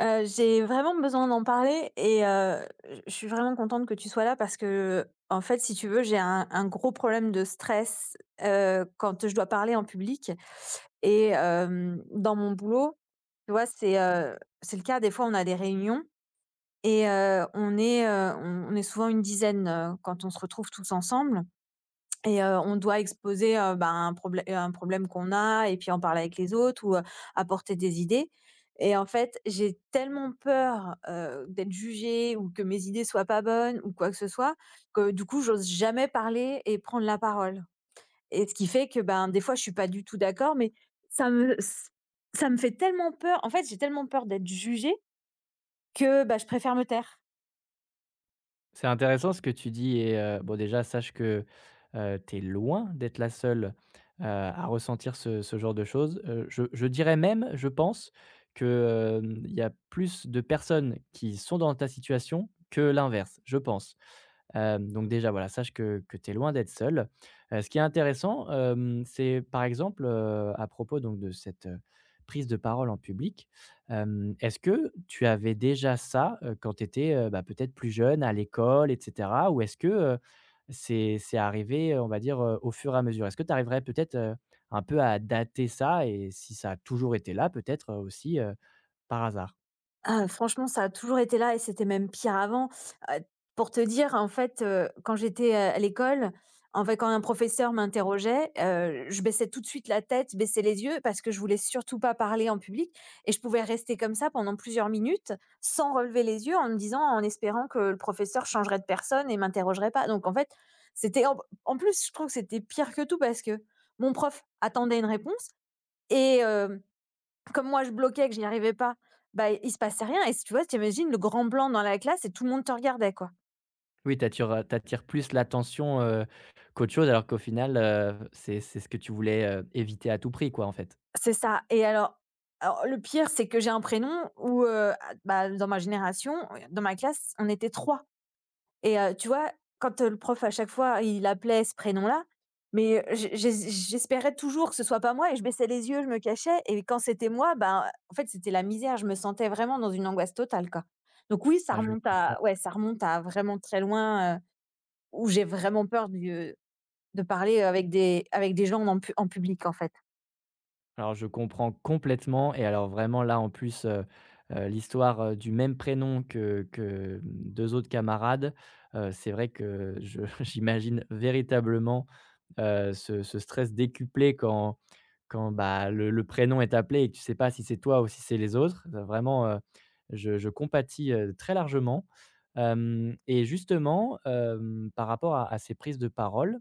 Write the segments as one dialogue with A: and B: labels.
A: J'ai vraiment besoin d'en parler et je suis vraiment contente que tu sois là parce que en fait, si tu veux, j'ai un gros problème de stress quand je dois parler en public et dans mon boulot, tu vois, c'est le cas, des fois, on a des réunions et on est, on est souvent une dizaine, quand on se retrouve tous ensemble et on doit exposer, bah, un problème qu'on a et puis en parler avec les autres ou, apporter des idées. Et en fait, j'ai tellement peur, d'être jugée ou que mes idées soient pas bonnes ou quoi que ce soit, que du coup, j'ose jamais parler et prendre la parole, et ce qui fait que, ben, des fois, je suis pas du tout d'accord, mais ça me ça me fait tellement peur. En fait, j'ai tellement peur d'être jugée que, bah, je préfère me taire.
B: C'est intéressant ce que tu dis et bon déjà sache que, tu es loin d'être la seule, à ressentir ce genre de choses. Je dirais même, je pense que il y a plus de personnes qui sont dans ta situation que l'inverse, je pense. Donc déjà, voilà, sache que tu es loin d'être seul. Ce qui est intéressant, c'est par exemple, à propos donc de cette, prise de parole en public, est-ce que tu avais déjà ça, quand tu étais, bah, peut-être plus jeune, à l'école et cetera? Ou est-ce que, c'est arrivé, on va dire, au fur et à mesure? Est-ce que tu arriverais peut-être, un peu à dater ça et si ça a toujours été là peut-être, aussi, par hasard?
A: Ah, franchement, ça a toujours été là et c'était même pire avant. Heu, pour te dire, en fait, quand j'étais, à l'école, en fait, quand un professeur m'interrogeait, je baissais tout de suite la tête, je baissais les yeux parce que je voulais surtout pas parler en public, et je pouvais rester comme ça pendant plusieurs minutes sans relever les yeux en me disant, en espérant que le professeur changerait de personne et m'interrogerait pas. Donc en fait, c'était en en plus, je trouve que c'était pire que tout parce que mon prof attendait une réponse et comme moi je bloquais, que je n'y arrivais pas, bah, il se passait rien, et si tu vois, t'imagines le grand blanc dans la classe et tout le monde te regardait, quoi.
B: Oui, t'attires plus l'attention, qu'autre chose alors qu'au final, c'est ce que tu voulais, éviter à tout prix quoi, en fait?
A: C'est ça. Et alors le pire, c'est que j'ai un prénom où, ah, bah, dans ma génération, dans ma classe, on était 3. Et tu vois, quand, le prof, à chaque fois, il appelait ce prénom-là, mais j'espérais toujours que ce soit pas moi et je baissais les yeux, je me cachais, et quand c'était moi, ben, en fait, c'était la misère. Je me sentais vraiment dans une angoisse totale, quoi. Donc oui, ça
B: Ah je
A: remonte à
B: comprends.
A: ça remonte à vraiment très loin, où j'ai vraiment peur du de parler avec des gens en public, en fait.
B: Alors je comprends complètement et alors vraiment là en plus, l'histoire, du même prénom que mmh, autres camarades, c'est vrai que je j'imagine véritablement, ce stress décuplé quand, bah, le prénom est appelé et que tu sais pas si c'est toi ou si c'est les autres. Vraiment, je compatis, très largement. Hem Et justement, par rapport à ces prises de parole,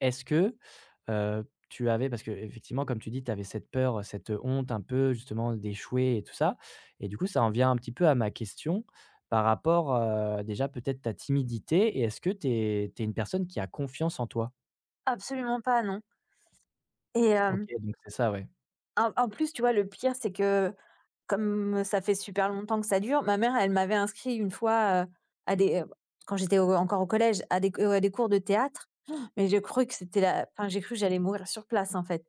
B: est-ce que, tu avais parce que effectivement, comme tu dis, tu avais cette peur, cette honte un peu justement d'échouer et tout ça et du coup, ça en vient un petit peu à ma question par rapport, déjà peut-être ta timidité et est-ce que tu es une personne qui a confiance en toi?
A: Absolument pas, non. Et
B: OK, donc c'est ça, ouais.
A: en plus, tu vois, le pire, c'est que comme ça fait super longtemps que ça dure, ma mère, elle m'avait inscrit une fois, à des, quand j'étais au encore au collège, à des cours de théâtre, mais j'ai cru que c'était la enfin, j'ai cru que j'allais mourir sur place, en fait.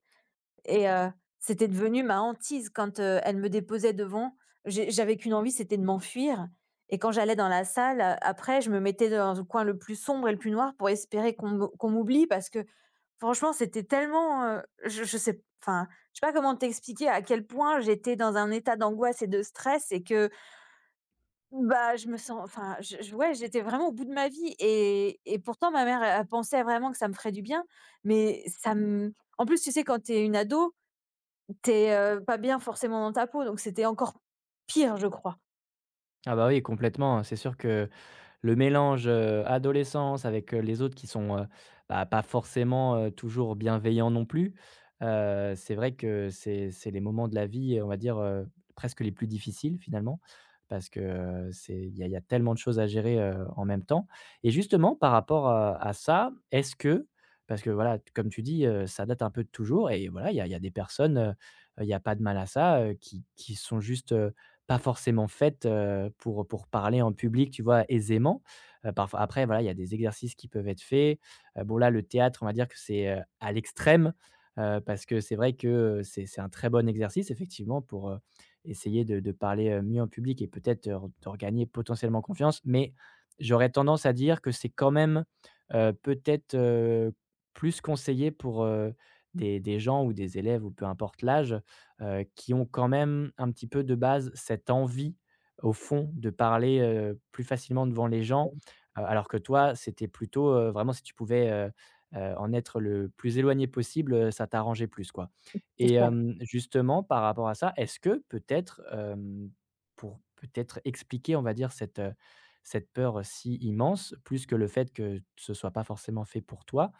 A: Et c'était devenu ma hantise quand, elle me déposait devant, j'avais qu'une envie, c'était de m'enfuir. Et quand j'allais dans la salle, après je me mettais dans le coin le plus sombre et le plus noir pour espérer qu'on m'oublie, parce que franchement, c'était tellement, je sais enfin, je sais pas comment t'expliquer à quel point j'étais dans un état d'angoisse et de stress, et que, bah, je me sens enfin, je ouais, j'étais vraiment au bout de ma vie, et pourtant ma mère, elle pensait vraiment que ça me ferait du bien, mais ça me en plus, tu sais, quand t'es une ado, tu es, pas bien forcément dans ta peau, donc c'était encore pire, je crois.
B: Ah bah, oui, complètement, hein, c'est sûr que le mélange, adolescence avec, les autres qui sont, bah, pas forcément, toujours bienveillants non plus. C'est vrai que c'est les moments de la vie, on va dire, presque les plus difficiles finalement, parce que, c'est il y a tellement de choses à gérer, en même temps et justement par rapport à ça, est-ce que parce que voilà, t comme tu dis, ça date un peu de toujours et voilà, il y a des personnes, il y a pas de mal à ça, qui sont juste, pas forcément faites, pour parler en public, tu vois, aisément. Parfois après voilà, il y a des exercices qui peuvent être faits. Bon là, le théâtre, on va dire que c'est, à l'extrême, parce que c'est vrai que, c'est un très bon exercice effectivement pour, essayer de parler, mieux en public et peut-être, de regagner potentiellement confiance. Mais j'aurais tendance à dire que c'est quand même, peut-être, plus conseillé pour, des gens ou des élèves ou peu importe l'âge, qui ont quand même un petit peu de base cette envie au fond de parler, plus facilement devant les gens, alors que toi c'était plutôt, vraiment si tu pouvais, en être le plus éloigné possible, ça t'arrangeait plus quoi.
A: C'est
B: Et
A: ça.
B: justement par rapport à ça, est-ce que peut-être, pour peut-être expliquer on va dire cette, cette peur, si immense, plus que le fait que ce soit pas forcément fait pour toi,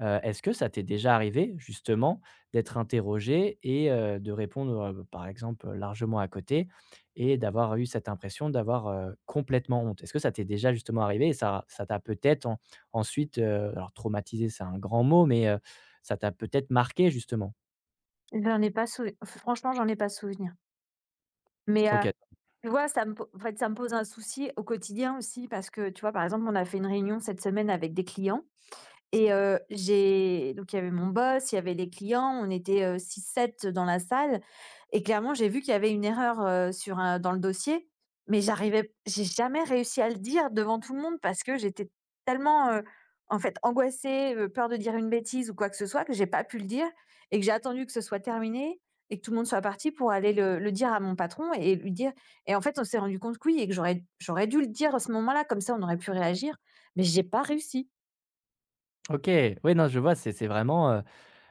B: est-ce que ça t'est déjà arrivé justement d'être interrogé et de répondre, par exemple, largement à côté et d'avoir eu cette impression d'avoir, complètement honte. Est-ce que ça t'est déjà justement arrivé et ça t'a peut-être en ensuite, alors traumatisé, c'est un grand mot, mais ça t'a peut-être marqué justement?
A: J'en ai pas souv franchement, j'en ai pas souvenir. Mais,
B: OK.
A: tu vois, ça me po en fait, ça me pose un souci au quotidien aussi parce que, tu vois, par exemple, on a fait une réunion cette semaine avec des clients. Et j'ai donc il y avait mon boss, il y avait les clients, on était, 6-7 dans la salle, et clairement, j'ai vu qu'il y avait une erreur, sur un dans le dossier, mais j'ai jamais réussi à le dire devant tout le monde parce que j'étais tellement, en fait, angoissée, peur de dire une bêtise ou quoi que ce soit, que j'ai pas pu le dire, et que j'ai attendu que ce soit terminé et que tout le monde soit parti pour aller le dire à mon patron et lui dire, et en fait, on s'est rendu compte que oui, et que j'aurais dû le dire à ce moment-là, comme ça on aurait pu réagir, mais j'ai pas réussi.
B: OK, oui, non, je vois, c'est vraiment,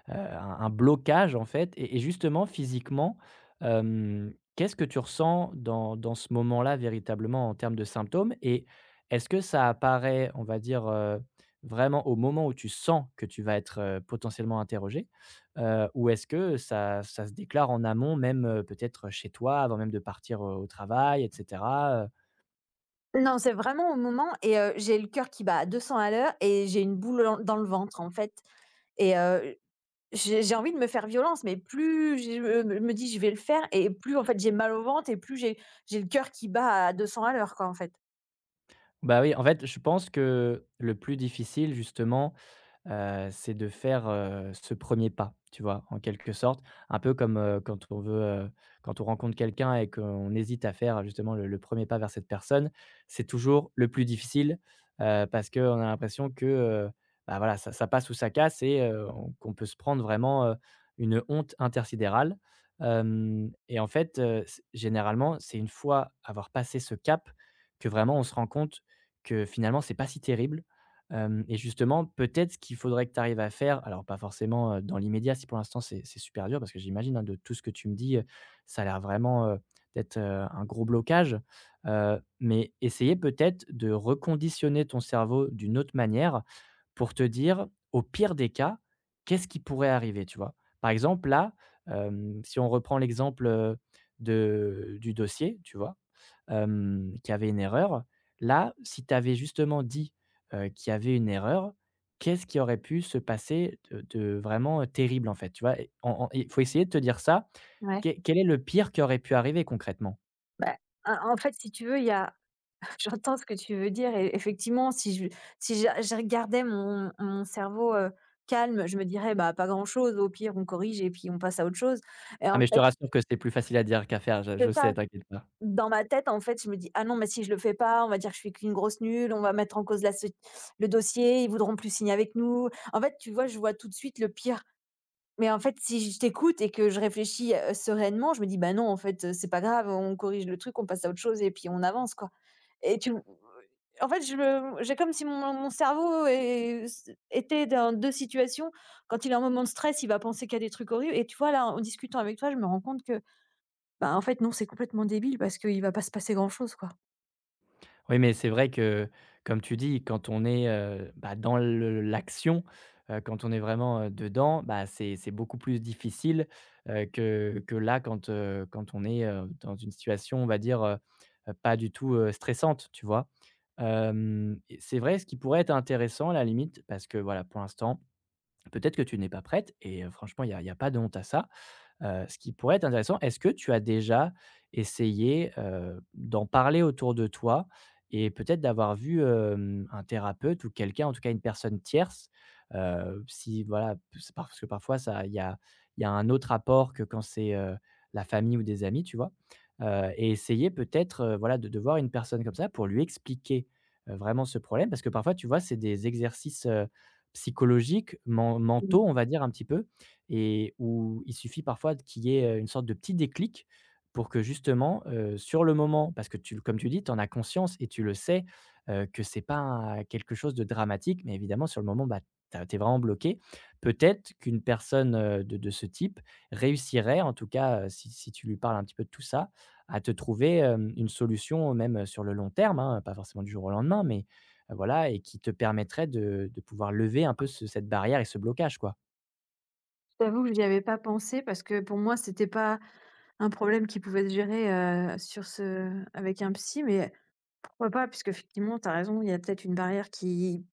B: un blocage en fait et justement physiquement, qu'est-ce que tu ressens dans ce moment-là véritablement en termes de symptômes? Et est-ce que ça apparaît, on va dire, vraiment au moment où tu sens que tu vas être, potentiellement interrogé. Ou est-ce que ça se déclare en amont même, peut-être chez toi avant même de partir, au travail et cetera,
A: Non, c'est vraiment au moment. Et j'ai le cœur qui bat à 200 à l'heure et j'ai une boule en dans le ventre, en fait. Et j'ai envie de me faire violence, mais plus je me me dis: «Je vais le faire», et plus, en fait, j'ai mal au ventre et plus j'ai le cœur qui bat à 200 à l'heure, quoi, en fait.
B: Bah, oui, en fait, je pense que le plus difficile justement c'est de faire, ce premier pas, tu vois? En quelque sorte, un peu comme, quand on veut, quand on rencontre quelqu'un et qu'on hésite à faire justement le 1er pas vers cette personne, c'est toujours le plus difficile, parce qu'on a l'impression que, bah, voilà, ça passe ou ça casse et on qu'on peut se prendre vraiment, une honte intersidérale, hem et en fait, c généralement, c'est une fois avoir passé ce cap que vraiment on se rend compte que finalement c'est pas si terrible. Hem Et justement, peut-être ce qu'il faudrait que tu arrives à faire, alors pas forcément, dans l'immédiat, si pour l'instant c'est super dur parce que j'imagine, hein, de tout ce que tu me dis, ça a l'air vraiment, d'être, un gros blocage. Mais essayer peut-être de reconditionner ton cerveau d'une autre manière pour te dire: «Au pire des cas, qu'est-ce qui pourrait arriver?» tu vois? Par exemple là, si on reprend l'exemple, de du dossier, tu vois? Qu'il y avait une erreur. Là, si tu avais justement dit, qu'il y avait une erreur, qu'est-ce qui aurait pu se passer de vraiment, terrible, en fait, tu vois? Et en en il faut essayer de te dire ça.
A: Ouais.
B: Quel est le pire qui aurait pu arriver concrètement?
A: Bah, en fait, si tu veux, il y a j'entends ce que tu veux dire et effectivement, si je si je regardais mon cerveau, calme, je me dirais: «Bah, pas grand-chose, au pire, on corrige et puis on passe à autre chose.» Et
B: Ah
A: en
B: mais je te
A: fait,
B: rassure que c'est plus facile à dire qu'à faire, je
A: c'est
B: sais,
A: ça.
B: t'inquiète pas.
A: Dans ma tête, en fait, je me dis: «Ah non, mais si je le fais pas, on va dire que je suis qu'une grosse nulle, on va mettre en cause la soci le dossier, ils voudront plus signer avec nous.» En fait, tu vois, je vois tout de suite le pire. Mais en fait, si je t'écoute et que je réfléchis, sereinement, je me dis: «Bah non, en fait, c'est pas grave, on corrige le truc, on passe à autre chose et puis on avance, quoi.» et tu en fait, je me j'ai comme si mon cerveau est était dans 2 situations. Quand il est en moment de stress, il va penser qu'il y a des trucs horribles, et tu vois, là, en discutant avec toi, je me rends compte que bah, en fait, non, c'est complètement débile parce qu'il va pas se passer grand-chose, quoi.
B: Oui, mais c'est vrai que, comme tu dis, quand on est, bah, dans le l'action, quand on est vraiment, dedans, bah, c'est beaucoup plus difficile, que là quand, quand on est, dans une situation, on va dire, pas du tout, stressante, tu vois? Hem Et c'est vrai, ce qui pourrait être intéressant à la limite, parce que voilà, pour l'instant, peut-être que tu n'es pas prête et franchement, il y a pas de honte à ça. Ce qui pourrait être intéressant, est-ce que tu as déjà essayé, d'en parler autour de toi et peut-être d'avoir vu, un thérapeute ou quelqu'un, en tout cas une personne tierce? Si voilà, p c'est parce que parfois ça il y a un autre apport que quand c'est, la famille ou des amis, tu vois? Et essayer peut-être, voilà, de voir une personne comme ça pour lui expliquer, vraiment ce problème. Parce que parfois, tu vois, c'est des exercices, psychologiques,
A: Mmh.
B: mentaux, on va dire un petit peu, et où il suffit parfois qu'il y ait, une sorte de petit déclic pour que justement, sur le moment parce que tu comme tu dis, tu en as conscience et tu le sais, que c'est pas quelque chose de dramatique, mais évidemment sur le moment, bah, tu es vraiment bloqué. Peut-être qu'une personne, de ce type réussirait en tout cas, si si tu lui parles un petit peu de tout ça, à te trouver, une solution même sur le long terme, hein, pas forcément du jour au lendemain, mais, voilà et qui te permettrait de pouvoir lever un peu ce cette barrière et ce blocage, quoi.
A: Je t'avoue que j'y avais pas pensé parce que pour moi, c'était pas un problème qui pouvait se gérer, sur ce avec un psy, mais pourquoi pas puisqu'effectivement, tu as raison, il y a peut-être une barrière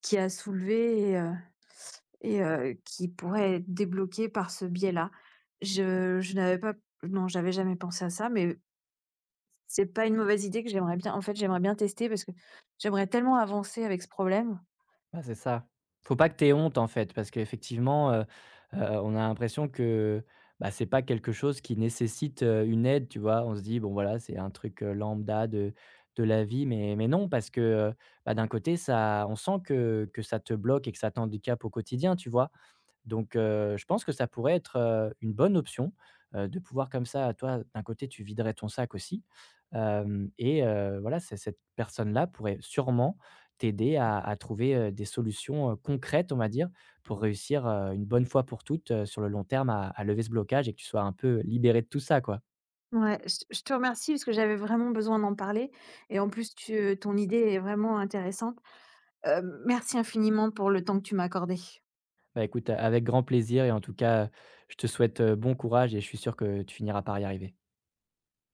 A: qui a soulevé. Et qui pourrait être débloquée par ce biais-là. Je n'avais pas non, j'avais jamais pensé à ça, mais c'est pas une mauvaise idée que j'aimerais bien en fait, j'aimerais bien tester parce que j'aimerais tellement avancer avec ce problème.
B: Ah, c'est ça. Faut pas que tu aies honte, en fait, parce qu'effectivement, on a l'impression que, bah, c'est pas quelque chose qui nécessite, une aide, tu vois? On se dit: «Bon, voilà, c'est un truc, lambda de la vie», mais non, parce que, bah, d'un côté, ça on sent que ça te bloque et que ça t'handicape au quotidien, tu vois? Donc, je pense que ça pourrait être, une bonne option, de pouvoir comme ça, toi, d'un côté, tu viderais ton sac aussi, hem et voilà, c'est cette personne-là pourrait sûrement t'aider à trouver, des solutions, concrètes, on va dire, pour réussir, une bonne fois pour toutes, sur le long terme à lever ce blocage et que tu sois un peu libéré de tout ça, quoi.
A: Ouais, je te remercie parce que j'avais vraiment besoin d'en parler, et en plus tu ton idée est vraiment intéressante. Merci infiniment pour le temps que tu m'as accordé.
B: Bah, écoute, avec grand plaisir et en tout cas, je te souhaite, bon courage et je suis sûr que tu finiras par y arriver.